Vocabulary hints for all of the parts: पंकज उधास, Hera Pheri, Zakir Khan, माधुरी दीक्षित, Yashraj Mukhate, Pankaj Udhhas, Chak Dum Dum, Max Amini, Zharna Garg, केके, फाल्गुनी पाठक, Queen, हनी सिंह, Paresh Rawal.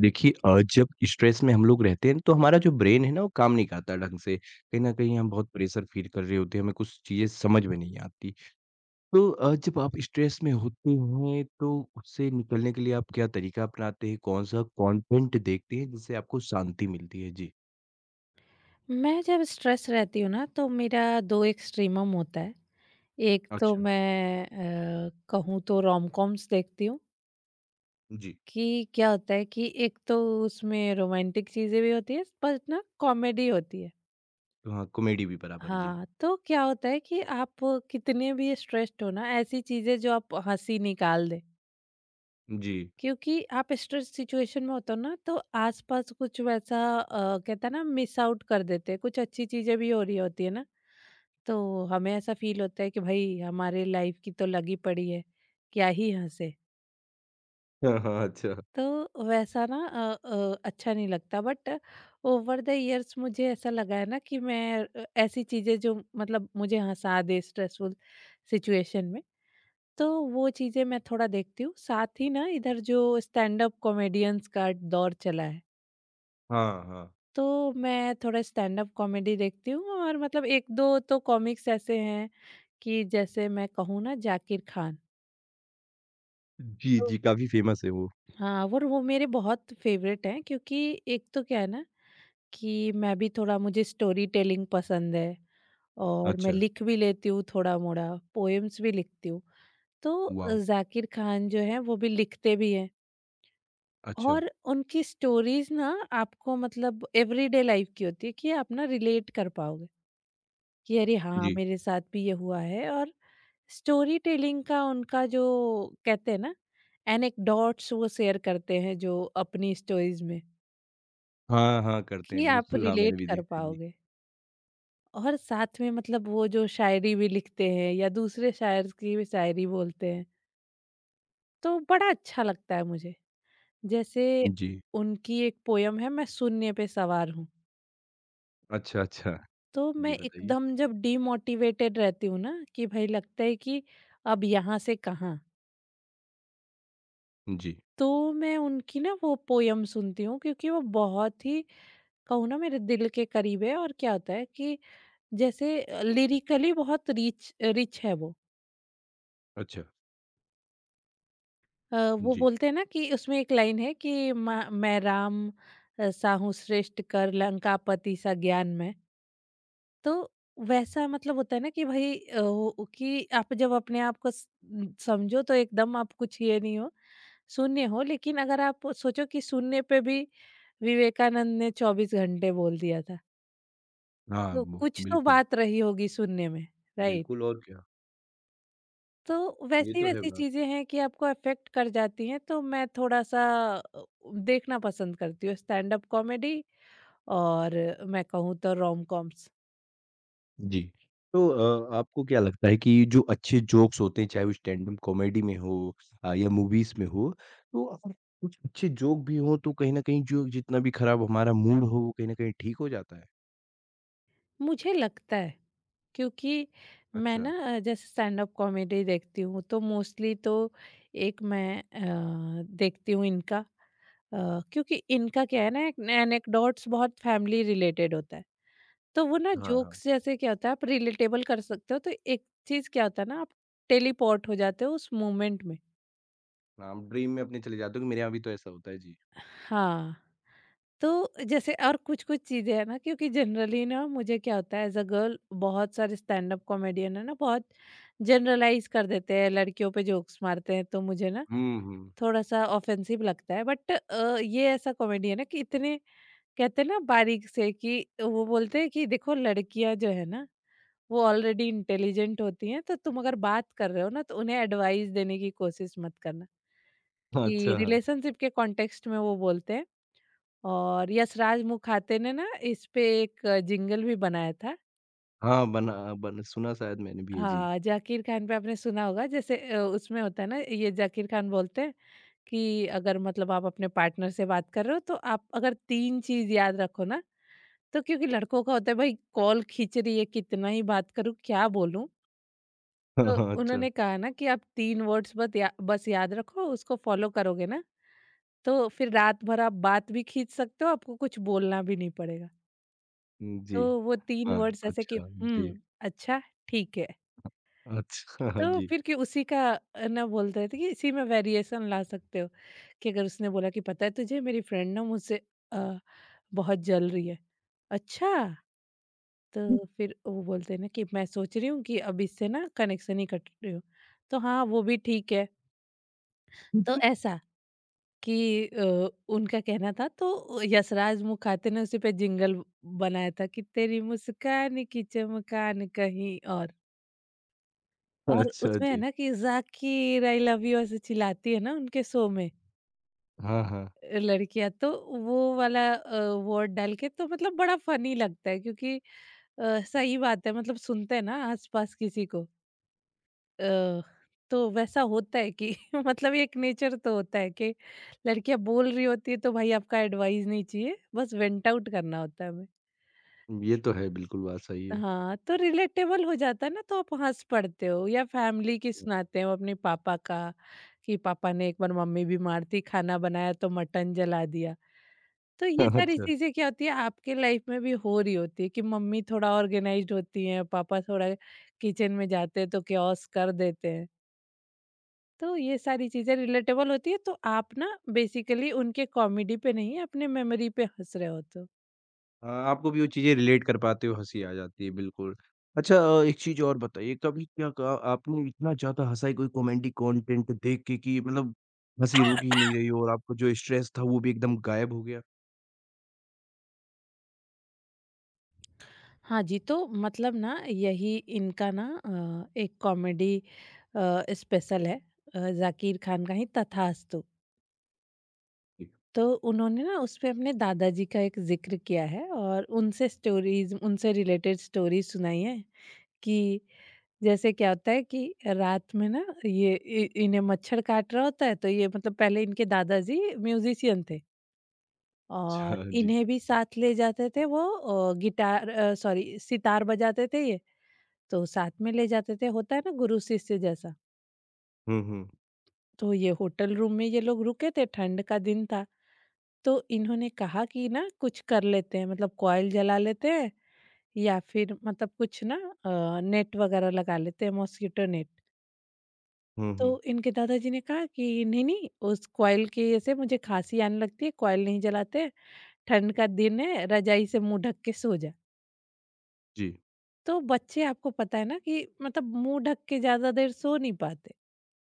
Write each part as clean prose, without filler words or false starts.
देखिए जब stress में हम लोग रहते हैं तो हमारा जो ब्रेन है ना वो काम नहीं करता ढंग से। कहीं न कहीं हम बहुत प्रेशर फ़ील कर रहे होते हैं, हमें कुछ चीज़ें समझ में नहीं आती। तो जब आप स्ट्रेस में होते हैं तो उससे निकलने के लिए आप क्या तरीका अपनाते हैं? कौन-सा कंटेंट देखते हैं जिससे आपको शांति मिलती है? जी। मैं जब स्ट्रेस रहती हूँ ना तो मेरा 2 एक्सट्रीमम होता है। एक तो अच्छा, मैं कहूँ तो रोम-कॉम्स देखती हूँ जी। कि क्या होता है कि एक तो उसमें रोमांटिक चीज़ें भी होती हैं बट ना कॉमेडी होती है। तो हाँ, कॉमेडी भी बराबर जी। हाँ, तो क्या होता है कि आप कितने भी स्ट्रेस्ड हो ना ऐसी चीज़ें जो आप हँसी निकाल दें। जी। क्योंकि आप स्ट्रेस सिचुएशन में होते हो ना तो आसपास कुछ वैसा कहते हैं ना मिस आउट कर देते हैं कुछ अच्छी चीजें भी हो रही होती है ना तो हमें ऐसा फील होता है कि भाई हमारे लाइफ की तो लगी पड़ी है क्या ही हंसे। हाँ, हाँ, अच्छा। तो वैसा ना अच्छा नहीं लगता बट ओवर द इयर्स मुझे ऐसा लगा है ना कि मैं ऐसी चीजें जो मतलब मुझे हंसा दे स्ट्रेसफुल सिचुएशन में तो वो चीज़ें मैं थोड़ा देखती हूँ। साथ ही ना इधर जो स्टैंड अप कॉमेडियंस का दौर चला है, हाँ, हाँ। तो मैं थोड़ा स्टैंड अप कॉमेडी देखती हूँ और मतलब 1-2 तो कॉमिक्स ऐसे हैं कि जैसे मैं कहूँ ना जाकिर खान, जी, तो जी, काफ़ी फ़ेमस है वो। हाँ, और वो मेरे बहुत फ़ेवरेट हैं क्योंकि एक तो क्या है ना कि मैं भी थोड़ा मुझे स्टोरी टेलिंग पसंद है और मैं अच्छा, लिख भी लेती हूँ थोड़ा-मोड़ा, पोएम्स भी लिखती हूँ। तो वॉव! जाकिर खान जो हैं वो भी लिखते भी हैं। अच्छा, और उनकी स्टोरीज ना आपको मतलब एवरीडे लाइफ की होती है कि आप ना रिलेट कर पाओगे कि अरे हाँ जी। मेरे साथ भी ये हुआ है। और स्टोरी टेलिंग का उनका जो कहते हैं ना एनेक्डोट्स वो शेयर करते हैं जो अपनी स्टोरीज में हाँ, हाँ, करते कि हैं आप बिल्कुल। हाँ, मैंने रिलेट भी कर देखा है। जी। पाओगे और साथ में मतलब वो जो शायरी भी लिखते हैं या दूसरे शायर की भी शायरी बोलते हैं तो बड़ा अच्छा लगता है मुझे। जैसे जी। उनकी एक पोयम है मैं शून्य पे सवार हूँ। अच्छा, अच्छा। तो मैं जी, बताइए? एकदम जब डिमोटिवेटेड रहती हूँ ना कि भाई लगता है कि अब यहाँ से कहाँ, जी, तो मैं उनकी ना वो पोयम सुनती हूँ क्योंकि वो बहुत ही कहूँ ना मेरे दिल के करीब है। और क्या होता है कि जैसे लिरिकली बहुत रिच रिच है वो। अच्छा, वो जी। बोलते हैं ना कि उसमें एक लाइन है कि मैं राम साहू श्रेष्ठ कर लंकापति सा ज्ञान में। तो वैसा मतलब होता है ना कि भाई वो कि आप जब अपने आप को समझो तो एकदम आप कुछ ये नहीं हो, शून्य हो। लेकिन अगर आप सोचो कि शून्य पे भी विवेकानंद ने 24 घंटे बोल दिया था, हाँ, तो वो कुछ तो बिल्कुल। बात रही होगी शून्य में, राइट। बिल्कुल और क्या, तो ये वैसी तो है वैसी बात। चीजें हैं कि आपको अफेक्ट कर जाती हैं तो मैं थोड़ा सा अ, देखना पसंद करती हूँ स्टैंड अप कॉमेडी और मैं कहूँ तो रोम कॉम्स जी। तो आपको क्या लगता है कि जो अच्छे जोक्स होते हैं, चाहे वो स्टैंड-अप कॉमेडी में हो या मूवीज़ में हो, तो अगर कुछ अच्छे जोक भी हों, तो कहीं न कहीं जो जितना भी खराब हमारा मूड हो, वो कहीं न कहीं ठीक हो जाता है? मुझे लगता है। क्योंकि मैं अच्छा, ना जैसे स्टैंड अप कॉमेडी देखती हूँ तो मोस्टली तो एक मैं देखती हूँ इनका। क्योंकि इनका क्या है ना एक एनेक्डोट्स बहुत फैमिली रिलेटेड होता है। तो वो ना हाँ, हाँ। जोक्स जैसे क्या होता है आप रिलेटेबल कर सकते हो तो एक चीज क्या होता है ना आप टेलीपोर्ट हो जाते हो उस मोमेंट में। हाँ, हम ड्रीम में अपने चले जाते हो कि मेरे यहाँ भी तो ऐसा होता है। जी। हाँ, तो जैसे और कुछ-कुछ चीज़ें हैं ना क्योंकि जनरली ना मुझे क्या होता है एज़ अ गर्ल बहुत सारे स्टैंड अप कॉमेडियन है ना बहुत जनरलाइज़ कर देते हैं, लड़कियों पे जोक्स मारते हैं तो मुझे ना हुँ, हुँ। थोड़ा-सा ऑफेंसिव लगता है। बट ये ऐसा कॉमेडियन है कि इतने कहते हैं ना बारीक से कि वो बोलते हैं कि देखो लड़कियाँ जो है ना, वो ऑलरेडी इंटेलिजेंट होती हैं तो तुम अगर बात कर रहे हो ना तो उन्हें एडवाइस देने की कोशिश मत करना। कि अच्छा। रिलेशनशिप के कॉन्टेक्स्ट में वो बोलते हैं। और यशराज मुखाते ने ना इस पे एक जिंगल भी बनाया था। हाँ, हाँ, बना बन सुना शायद मैंने भी है। जी। हाँ, जाकिर खान पे आपने सुना होगा। जैसे उसमें होता है ना ये जाकिर खान बोलते हैं कि अगर मतलब आप अपने पार्टनर से बात कर रहे हो तो आप अगर 3 चीज़ याद रखो ना, तो क्योंकि लड़कों का होता है भाई कॉल खींच रही है कितना ही बात करूँ, क्या बोलूँ? हाँ, तो हाँ, अच्छा। उन्होंने कहा ना कि आप 3 वर्ड्स बत या बस याद रखो उसको फॉलो करोगे ना, तो फिर रात भर आप बात भी खींच सकते हो, आपको कुछ बोलना भी नहीं पड़ेगा। हुँ, जी। तो वो 3 हाँ, वर्ड्स ऐसे कि अच्छा, जी। हुँ, अच्छा, ठीक है। अच्छा, हाँ, तो जी। फिर कि उसी का ना बोलते थे कि इसी में वेरिएशन ला सकते हो, कि अगर उसने बोला कि पता है तुझे मेरी फ्रेंड ना मुझसे अ, बहुत जल रही है। अच्छा! तो फिर वो बोलते हैं ना कि मैं सोच रही हूँ कि अब इससे ना कनेक्शन ही कट रही हूँ। तो हाँ, वो भी ठीक है। तो ऐसा कि उनका कहना था तो यशराज मुखाते ने उसी पे जिंगल बनाया था कि तेरी मुस्कान की चमकान कहीं और। और अच्छा, उसमें है जी। ना कि ज़ाकिर आई लव यू ऐसे चिल्लाती है ना उनके शो में हाँ, हाँ। लड़कियां। तो वो वाला वर्ड डाल के तो मतलब बड़ा फनी लगता है क्योंकि सही बात है। मतलब सुनते हैं ना आसपास किसी को अ, तो वैसा होता है कि मतलब एक नेचर तो होता है कि लड़कियां बोल रही होती है तो भाई आपका एडवाइस नहीं चाहिए बस वेंट आउट करना होता है हमें। ये तो है, बिल्कुल बात सही है। हाँ, तो रिलेटेबल हो जाता है ना तो आप हंस पड़ते हो या फैमिली की सुनाते हो अपने पापा का कि पापा ने एक बार, मम्मी बीमार थी, खाना बनाया तो मटन जला दिया। तो ये सारी अच्छा। चीज़ें क्या होती है, आपके लाइफ में भी हो रही होती है कि मम्मी थोड़ा ऑर्गेनाइज़्ड होती हैं, पापा थोड़ा किचन में जाते हैं तो केओस कर देते हैं। तो ये सारी चीज़ें रिलेटेबल होती है तो आप ना बेसिकली उनके कॉमेडी पे नहीं अपने मेमोरी पे हँस रहे हो तो। हाँ, आपको भी वो चीज़ें रिलेट कर पाते हो, हँसी आ जाती है, बिल्कुल। अच्छा एक चीज़ और बताइए, कभी क्या कहा आपने इतना ज़्यादा हँसा है कोई कॉमेडी कंटेंट देख के कि मतलब हँसी रुक ही नहीं रही हो और आपको जो स्ट्रेस था, वो भी एकदम गायब हो गया? हाँ जी, तो मतलब ना यही इनका ना एक कॉमेडी स्पेशल है, ज़ाकिर खान का ही तथास्तु। तो उन्होंने ना उसपे अपने दादाजी का एक ज़िक्र किया है और उनसे स्टोरीज़ उनसे रिलेटेड स्टोरीज़ सुनाई हैं कि जैसे क्या होता है कि रात में ना ये इ इन्हें मच्छर काट रहा होता है। तो ये मतलब पहले इनके दादाजी म्यूज़िशियन थे और अच्छा, जी। इन्हें भी साथ ले जाते थे। वो गिटार सॉरी सितार बजाते थे ये, तो साथ में ले जाते थे। होता है ना गुरु शिष्य जैसा। हुँ, हुँ। तो ये होटल रूम में ये लोग रुके थे, ठंड का दिन था। तो इन्होंने कहा कि ना कुछ कर लेते हैं, मतलब कॉइल जला लेते हैं या फिर मतलब कुछ ना नेट वगैरह लगा लेते हैं, मॉस्किटो नेट। हुँ, तो हुँ। इनके दादाजी ने कहा कि नहीं नहीं, उस कॉइल की वजह से मुझे खांसी आने लगती है, कॉइल नहीं जलाते। ठंड का दिन है, रजाई से मुंह ढक के सो जा। जी, तो बच्चे, आपको पता है ना कि मतलब मुंह ढक के ज्यादा देर सो नहीं पाते।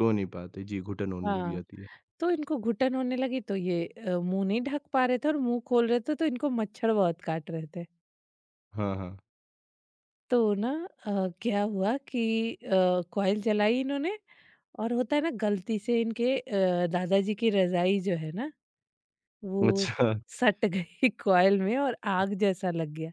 सो नहीं पाते। जी, घुटन होने लग हाँ, जाती है। तो इनको घुटन होने लगी तो ये मुंह नहीं ढक पा रहे थे और मुंह खोल रहे थे तो इनको मच्छर बहुत काट रहे थे। हाँ, हाँ। तो ना अ, क्या हुआ कि कॉइल जलाई इन्होंने और होता है ना गलती से इनके दादाजी की रजाई जो है ना, वो अच्छा, सट गई कॉइल में और आग जैसा लग गया।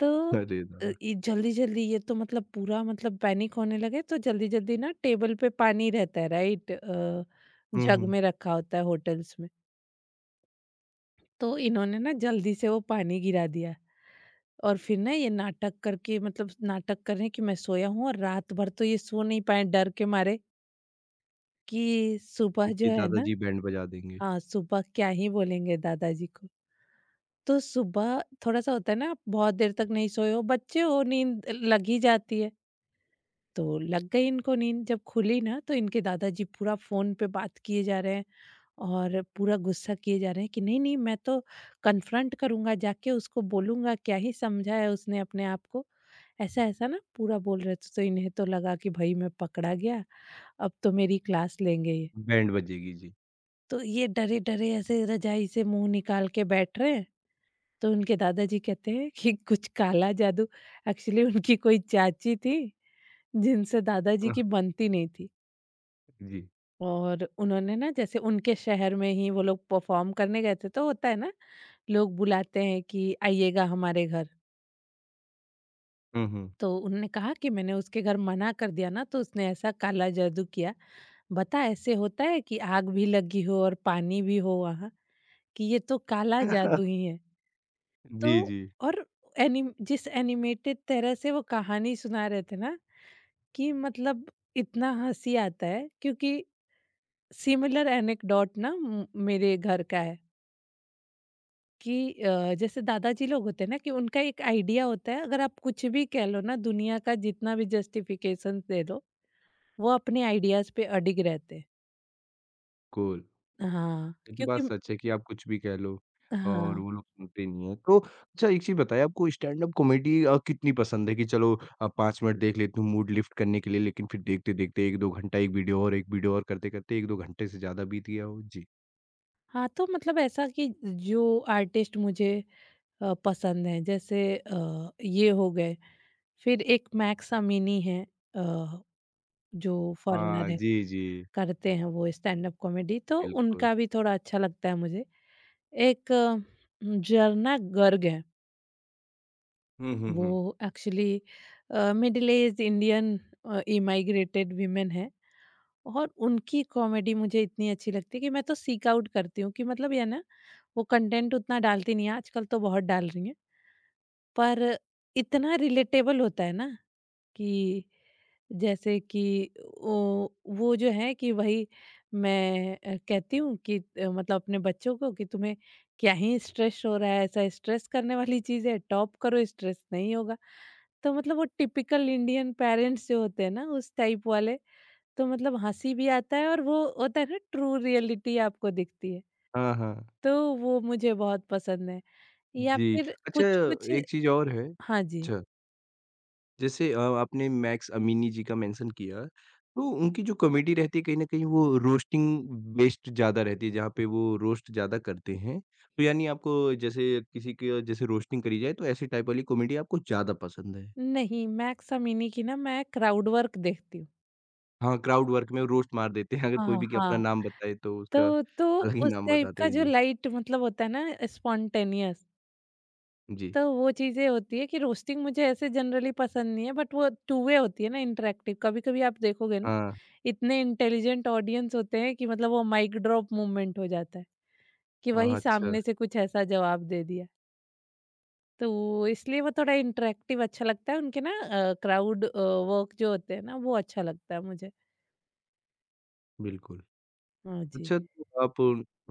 तो अरे! दादा। ये जल्दी जल्दी, ये तो मतलब पूरा मतलब पैनिक होने लगे तो जल्दी जल्दी ना, टेबल पे पानी रहता है राइट, हुँ, जग हुँ। में रखा होता है होटल्स में। तो इन्होंने ना जल्दी से वो पानी गिरा दिया और फिर ना ये नाटक करके, मतलब नाटक कर रहे हैं कि मैं सोया हूँ। और रात भर तो ये सो नहीं पाए डर के मारे कि सुबह जो आपके है ना, दादाजी बैंड बजा देंगे। हाँ सुबह क्या ही बोलेंगे दादाजी को। तो सुबह थोड़ा सा होता है ना, आप बहुत देर तक नहीं सोए हो, बच्चे हो नींद लग ही जाती है। तो लग गई इनको नींद। जब खुली ना तो इनके दादाजी पूरा फ़ोन पे बात किए जा रहे हैं और पूरा गुस्सा किए जा रहे हैं कि नहीं नहीं, मैं तो कन्फ्रंट करूँगा, जाके उसको बोलूँगा क्या ही समझा है उसने अपने आप को। ऐसा ऐसा ना पूरा बोल रहे थे तो इन्हें तो लगा कि भाई मैं पकड़ा गया, अब तो मेरी क्लास लेंगे ये। बैंड बजेगी जी। तो ये डरे डरे ऐसे रजाई से मुंह निकाल के बैठ रहे हैं। तो उनके दादाजी कहते हैं कि कुछ काला जादू। एक्चुअली उनकी कोई चाची थी जिनसे दादाजी अह, की बनती नहीं थी, जी। और उन्होंने ना, जैसे उनके शहर में ही वो लोग परफॉर्म करने गए थे तो होता है ना लोग बुलाते हैं कि आइएगा हमारे घर। हुँ, हुँ। तो उनने कहा कि मैंने उसके घर मना कर दिया ना तो उसने ऐसा काला जादू किया, बता ऐसे होता है कि आग भी लगी हो और पानी भी हो वहां, कि ये तो काला जादू ही है। तो जी, जी। और एनि जिस एनिमेटेड तरह से वो कहानी सुना रहे थे ना, कि मतलब इतना हंसी आता है क्योंकि सिमिलर एनेक्डोट ना, मेरे घर का है कि जैसे दादाजी लोग होते हैं ना कि उनका एक आइडिया होता है। अगर आप कुछ भी कह लो ना, दुनिया का जितना भी जस्टिफिकेशन दे दो, वो अपने आइडियाज पे अडिग रहते हैं। कूल। हाँ, ये तो बात क्योंकि सच है कि आप कुछ भी कह लो और हाँ, वो लोग सुनते नहीं हैं। तो अच्छा एक चीज़ बताइए आपको स्टैंड अप कॉमेडी कितनी पसंद है कि चलो 5 मिनट देख लेती हूँ मूड लिफ्ट करने के लिए लेकिन फिर देखते-देखते 1-2 घंटा एक वीडियो और करते-करते 1-2 घंटे से ज़्यादा बीत गया हो? जी। हाँ। तो मतलब ऐसा कि जो आर्टिस्ट मुझे पसंद है, जैसे ये हो गए, फिर एक मैक्स अमीनी है, अ, जो हाँ, फॉरेनर है, जी, जी। करते हैं वो स्टैंड-अप कॉमेडी, तो बिल्कुल। उनका भी थोड़ा अच्छा लगता है मुझे। एक झरना गर्ग है, हुँ, हुँ, वो हुँ। Actually middle aged Indian immigrated women है, और उनकी कॉमेडी मुझे इतनी अच्छी लगती है कि मैं तो सीक आउट करती हूँ कि मतलब ये ना, वो कंटेंट उतना डालती नहीं है, आजकल तो बहुत डाल रही हैं। पर इतना रिलेटेबल होता है ना कि जैसे कि वो वो जो है कि वही मैं कहती हूँ कि मतलब अपने बच्चों को कि तुम्हें क्या ही स्ट्रेस हो रहा है, ऐसा स्ट्रेस करने वाली चीज़ है, टॉप करो स्ट्रेस नहीं होगा। तो मतलब वो टिपिकल इंडियन पेरेंट्स जो होते हैं ना, उस टाइप वाले। तो मतलब हंसी भी आता है और वो होता है ना, ट्रू रियलिटी आपको दिखती है। हाँ, हाँ। तो वो मुझे बहुत पसंद है, या जी। फिर अच्छा कुछ कुछ। एक चीज़ और है हाँ जी। अच्छा। जैसे आपने मैक्स अमीनी जी का मेंशन किया, तो उनकी जो कॉमेडी रहती है कहीं न कहीं वो रोस्टिंग बेस्ड ज़्यादा रहती है, जहाँ पे वो रोस्ट ज़्यादा करते हैं। तो यानी आपको जैसे किसी की जैसे रोस्टिंग करी जाए तो ऐसी टाइप वाली कॉमेडी आपको ज़्यादा पसंद है। नहीं, मैक्स अमीनी की ना मैं क्राउड वर्क देखती हूँ। हाँ, क्राउड वर्क में रोस्ट मार देते हैं अगर कोई हाँ, भी अपना हाँ। नाम बताए तो उसका तो अलग ही उस नाम टाइप बताते का हैं। जो जी, लाइट मतलब होता है ना, स्पॉन्टेनियस। जी। तो वो चीज़ें होती है कि रोस्टिंग मुझे ऐसे जनरली पसंद नहीं है, बट वो टू वे होती है ना, इंटरैक्टिव। कभी-कभी आप देखोगे ना, हाँ, इतने इंटेलिजेंट ऑडियंस होते हैं कि मतलब वो माइक ड्रॉप मूवमेंट हो जाता है कि हाँ, वही अच्छा, सामने से कुछ ऐसा जवाब दे दिया। तो इसलिए वो थोड़ा इंटरैक्टिव अच्छा लगता है, उनके ना क्राउड वर्क जो होते हैं ना, वो अच्छा लगता है मुझे। बिल्कुल। हाँ जी। अच्छा, तो आप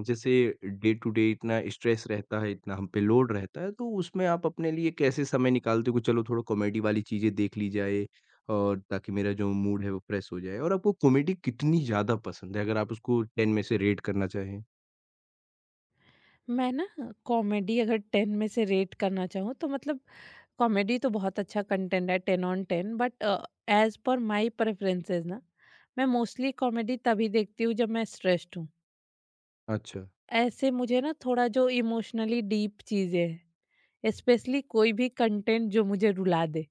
जैसे डे टू डे इतना स्ट्रेस रहता है, इतना हम पे लोड रहता है, तो उसमें आप अपने लिए कैसे समय निकालते हो कि चलो थोड़ा कॉमेडी वाली चीज़ें देख ली जाए और ताकि मेरा जो मूड है वो फ्रेश हो जाए? और आपको कॉमेडी कितनी ज़्यादा पसंद है? अगर आप उसको 10 में से रेट करना चाहें? मैं ना कॉमेडी अगर 10 में से रेट करना चाहूँ तो मतलब कॉमेडी तो बहुत अच्छा कंटेंट है, 10 on 10। But as per my preferences ना, मैं मोस्टली कॉमेडी तभी देखती हूँ जब मैं स्ट्रेस्ड हूँ। अच्छा, ऐसे मुझे ना थोड़ा जो इमोशनली डीप चीज़ें हैं, स्पेशली कोई भी कंटेंट जो मुझे रुला दे,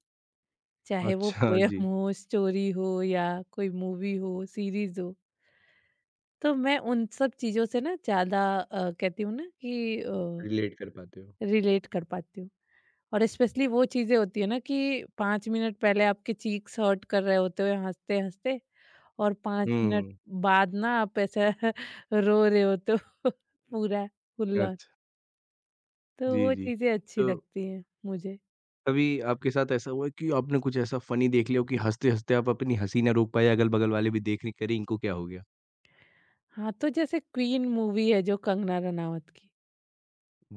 चाहे वो अच्छा पोयम जी, हो, स्टोरी हो, या कोई मूवी हो, सीरीज हो, तो मैं उन सब चीज़ों से ना ज़्यादा कहती हूँ ना कि रिलेट कर पाते हो। रिलेट कर पाती हूँ। और स्पेशली वो चीज़ें होती है ना कि 5 मिनट पहले आपके चीक्स हर्ट कर रहे होते हुए हँसते-हँसते, और 5 मिनट हुँ, बाद ना आप ऐसा रो रहे होते हो पूरा फुल ऑन। अच्छा। तो जी, वो जी। चीज़ें अच्छी तो लगती हैं मुझे। कभी आपके साथ ऐसा हुआ है कि आपने कुछ ऐसा फ़नी देख लिया हो कि हँसते-हँसते आप अपनी हँसी ना रोक पाए, अगल-बगल वाले भी देख रहे हैं कि अरे! इनको क्या हो गया? हाँ, तो जैसे क्वीन मूवी है जो कंगना रनावत की।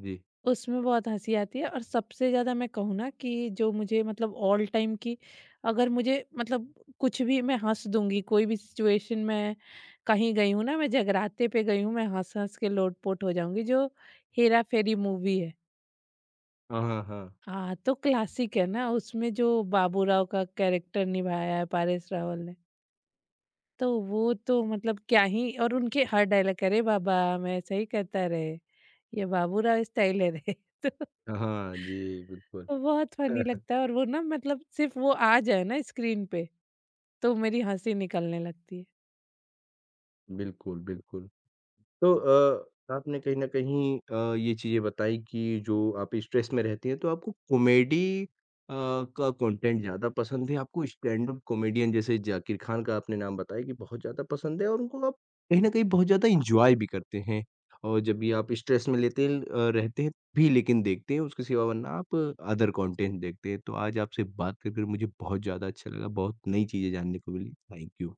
जी। उसमें बहुत हँसी आती है, और सबसे ज़्यादा मैं कहूँ ना कि जो मुझे मतलब ऑल टाइम की, अगर मुझे मतलब कुछ भी, मैं हँस दूँगी कोई भी सिचुएशन में। कहीं गई हूँ ना, मैं जगराते पे गई हूँ, मैं हँस-हँस के लोटपोट हो जाऊँगी, जो हेरा फेरी मूवी है। हाँ, हाँ, हाँ। हाँ, तो क्लासिक है ना, उसमें जो बाबूराव का कैरेक्टर निभाया है पारेश रावल ने, तो वो तो मतलब क्या ही। और उनके हर डायलॉग, अरे बाबा मैं ऐसा ही कहता रहे, ये बाबूराव स्टाइल है रे। तो हाँ, हाँ, जी, बिल्कुल। तो बहुत फनी लगता है, और वो ना मतलब सिर्फ वो आ जाए ना स्क्रीन पे, तो मेरी हंसी निकलने लगती है। बिल्कुल, बिल्कुल। तो आपने कहीं न कहीं ये चीज़ें बताई कि जो आप स्ट्रेस में रहती हैं, तो आपको कॉमेडी अ, का कंटेंट ज़्यादा पसंद है, आपको स्टैंड-अप कॉमेडियन जैसे ज़ाकिर खान का आपने नाम बताया कि बहुत ज़्यादा पसंद है और उनको आप कहीं न कहीं बहुत ज़्यादा एन्जॉय भी करते हैं। और जब भी आप स्ट्रेस में लेते हैं रहते हैं भी लेकिन देखते हैं, उसके सिवा वरना आप अदर कंटेंट देखते हैं। तो आज आपसे बात कर मुझे बहुत ज़्यादा अच्छा लगा, बहुत नई चीज़ें जानने को मिली। Thank you.